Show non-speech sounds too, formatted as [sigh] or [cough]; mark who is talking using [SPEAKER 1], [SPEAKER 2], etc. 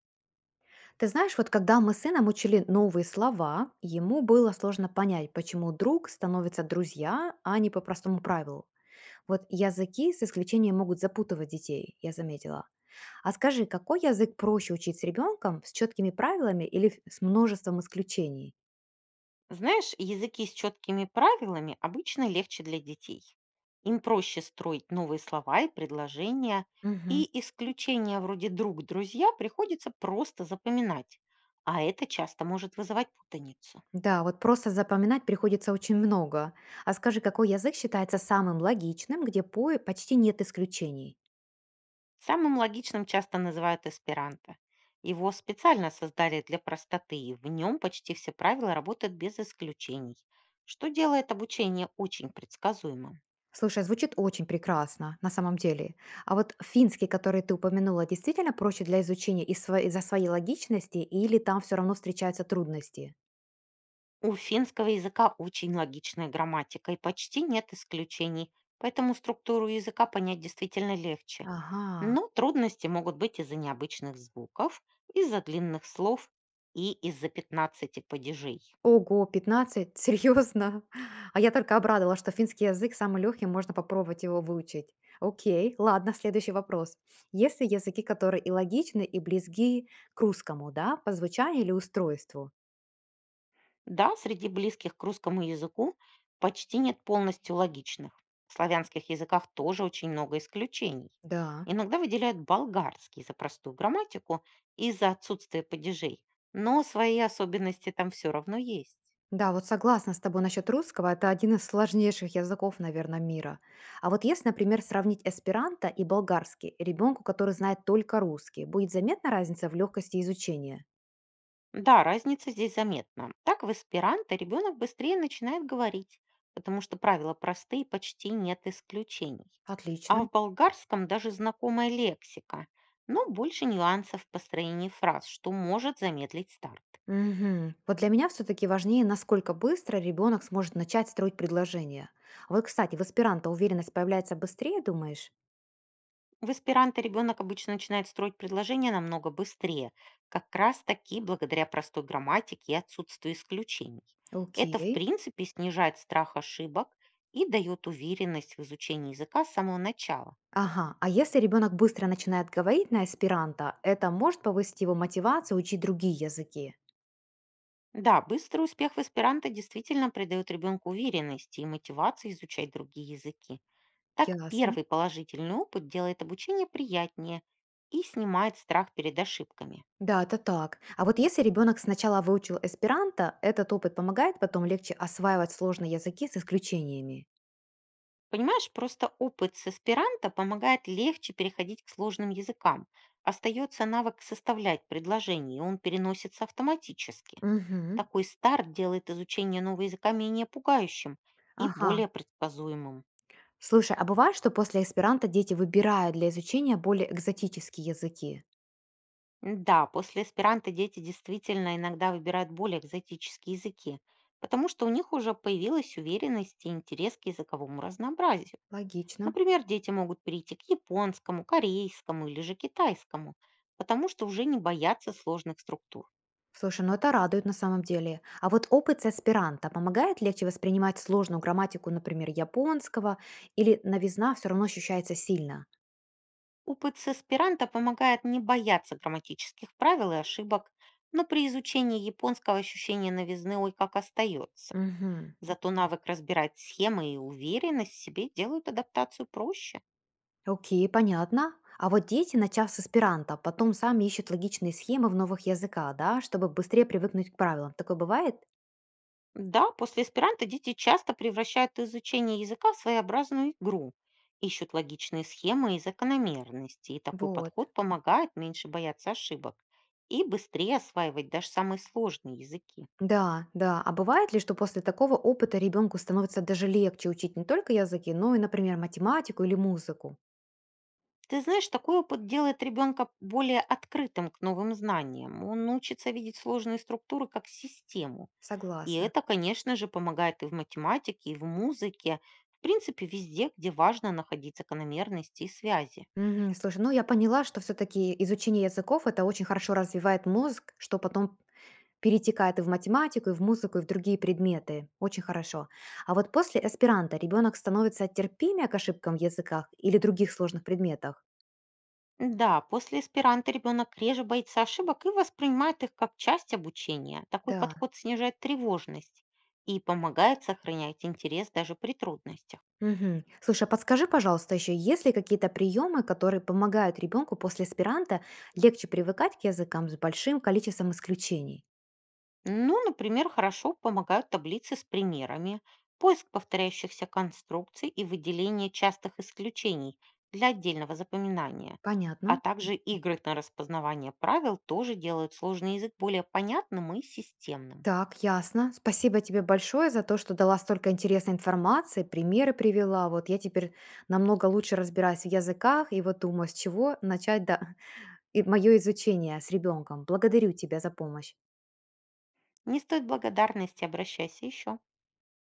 [SPEAKER 1] Ты знаешь, вот когда мы с сыном учили новые слова, ему было сложно понять, почему друг становится друзья, а не по простому правилу. Вот языки с исключением могут запутывать детей, я заметила. А скажи, какой язык проще учить с ребенком, с четкими правилами или с множеством исключений?
[SPEAKER 2] Знаешь, языки с четкими правилами обычно легче для детей. Им проще строить новые слова и предложения,
[SPEAKER 1] Мгм.
[SPEAKER 2] и исключения вроде «друг», «друзья» приходится просто запоминать, а это часто может вызывать путаницу.
[SPEAKER 1] Да, вот просто запоминать приходится очень много. А скажи, какой язык считается самым логичным, где по почти нет исключений?
[SPEAKER 2] Самым логичным часто называют эсперанто. Его специально создали для простоты, и в нем почти все правила работают без исключений, что делает обучение очень предсказуемым.
[SPEAKER 1] Слушай, а звучит очень прекрасно, на самом деле. А вот финский, который ты упомянула, действительно проще для изучения из-за своей логичности или там все равно встречаются трудности?
[SPEAKER 2] У финского языка очень логичная грамматика и почти нет исключений, поэтому структуру языка понять действительно легче.
[SPEAKER 1] Ага.
[SPEAKER 2] Но трудности могут быть из-за необычных звуков, из-за длинных слов и из-за 15 падежей.
[SPEAKER 1] Ого, 15, серьезно? [laughs] А я только обрадовала, что финский язык самый легкий, можно попробовать его выучить. Окей, ладно, следующий вопрос. Есть ли языки, которые и логичны, и близки к русскому, да, по звучанию или устройству?
[SPEAKER 2] Да, среди близких к русскому языку почти нет полностью логичных. В славянских языках тоже очень много исключений.
[SPEAKER 1] Да.
[SPEAKER 2] Иногда выделяют болгарский за простую грамматику и за отсутствие падежей, но свои особенности там все равно есть.
[SPEAKER 1] Да, вот согласна с тобой насчет русского. Это один из сложнейших языков, наверное, мира. А вот если, например, сравнить эсперанто и болгарский, ребенку, который знает только русский, будет заметна разница в легкости изучения?
[SPEAKER 2] Да, разница здесь заметна. Так в эсперанто ребенок быстрее начинает говорить, потому что правила простые, почти нет исключений. А
[SPEAKER 1] Отлично.
[SPEAKER 2] в болгарском даже знакомая лексика, но больше нюансов в построении фраз, что может замедлить старт.
[SPEAKER 1] Мгм. Вот для меня все-таки важнее, насколько быстро ребенок сможет начать строить предложение. Вот, кстати, в эсперанто уверенность появляется быстрее, думаешь?
[SPEAKER 2] В эсперанто ребенок обычно начинает строить предложения намного быстрее, как раз таки благодаря простой грамматике и отсутствию исключений. Это, в
[SPEAKER 1] Окей.
[SPEAKER 2] принципе, снижает страх ошибок и дает уверенность в изучении языка с самого начала.
[SPEAKER 1] Ага, а если ребенок быстро начинает говорить на эсперанто, это может повысить его мотивацию учить другие языки?
[SPEAKER 2] Да, быстрый успех в эсперанто действительно придает ребенку уверенности и мотивации изучать другие языки. Так
[SPEAKER 1] Ясно.
[SPEAKER 2] первый положительный опыт делает обучение приятнее и снимает страх перед ошибками.
[SPEAKER 1] Да, это так. А вот если ребенок сначала выучил эсперанто, этот опыт помогает потом легче осваивать сложные языки с исключениями.
[SPEAKER 2] Понимаешь, просто опыт с эсперанто помогает легче переходить к сложным языкам. Остается навык составлять предложения, и он переносится автоматически.
[SPEAKER 1] Мгм.
[SPEAKER 2] Такой старт делает изучение нового языка менее пугающим и
[SPEAKER 1] Ага.
[SPEAKER 2] более предсказуемым.
[SPEAKER 1] Слушай, а бывает, что после эсперанто дети выбирают для изучения более экзотические языки?
[SPEAKER 2] Да, после аспиранта дети действительно иногда выбирают более экзотические языки, потому что у них уже появилась уверенность и интерес к языковому разнообразию.
[SPEAKER 1] Логично.
[SPEAKER 2] Например, дети могут перейти к японскому, корейскому или же китайскому, потому что уже не боятся сложных структур.
[SPEAKER 1] Слушай, ну это радует на самом деле. А вот опыт с эсперанто помогает легче воспринимать сложную грамматику, например, японского, или новизна все равно ощущается сильно?
[SPEAKER 2] Опыт с аспиранта помогает не бояться грамматических правил и ошибок, но при изучении японского ощущение новизны ой как остается.
[SPEAKER 1] Мгм.
[SPEAKER 2] Зато навык разбирать схемы и уверенность в себе делают адаптацию проще.
[SPEAKER 1] Окей, понятно. А вот дети, начав с эсперанто, потом сами ищут логичные схемы в новых языках, да, чтобы быстрее привыкнуть к правилам. Такое бывает?
[SPEAKER 2] Да, после эсперанто дети часто превращают изучение языка в своеобразную игру, ищут логичные схемы и закономерности, и такой
[SPEAKER 1] Вот.
[SPEAKER 2] подход помогает меньше бояться ошибок и быстрее осваивать даже самые сложные языки.
[SPEAKER 1] Да, да. А бывает ли, что после такого опыта ребенку становится даже легче учить не только языки, но и, например, математику или музыку?
[SPEAKER 2] Ты знаешь, такой опыт делает ребенка более открытым к новым знаниям. Он учится видеть сложные структуры как систему. И
[SPEAKER 1] Согласна.
[SPEAKER 2] это, конечно же, помогает и в математике, и в музыке, в принципе, везде, где важно находить закономерности и связи.
[SPEAKER 1] Мгм. Слушай, ну я поняла, что все-таки изучение языков это очень хорошо развивает мозг, что потом перетекает и в математику, и в музыку, и в другие предметы. Очень хорошо. А вот после аспиранта ребенок становится терпимее к ошибкам в языках или других сложных предметах?
[SPEAKER 2] Да, после эсперанто ребенок реже боится ошибок и воспринимает их как часть обучения. Такой
[SPEAKER 1] Да.
[SPEAKER 2] подход снижает тревожность и помогает сохранять интерес даже при трудностях.
[SPEAKER 1] Мгм. Слушай, а подскажи, пожалуйста, еще есть ли какие-то приемы, которые помогают ребенку после аспиранта легче привыкать к языкам с большим количеством исключений?
[SPEAKER 2] Ну, например, хорошо помогают таблицы с примерами, поиск повторяющихся конструкций и выделение частых исключений для отдельного запоминания. А
[SPEAKER 1] Понятно.
[SPEAKER 2] также игры на распознавание правил тоже делают сложный язык более понятным и системным.
[SPEAKER 1] Так, ясно. Спасибо тебе большое за то, что дала столько интересной информации, примеры привела. Вот я теперь намного лучше разбираюсь в языках и вот думаю, с чего начать, да, [laughs] и мое изучение с ребенком. Благодарю тебя за помощь.
[SPEAKER 2] Не стоит благодарности, обращайся еще.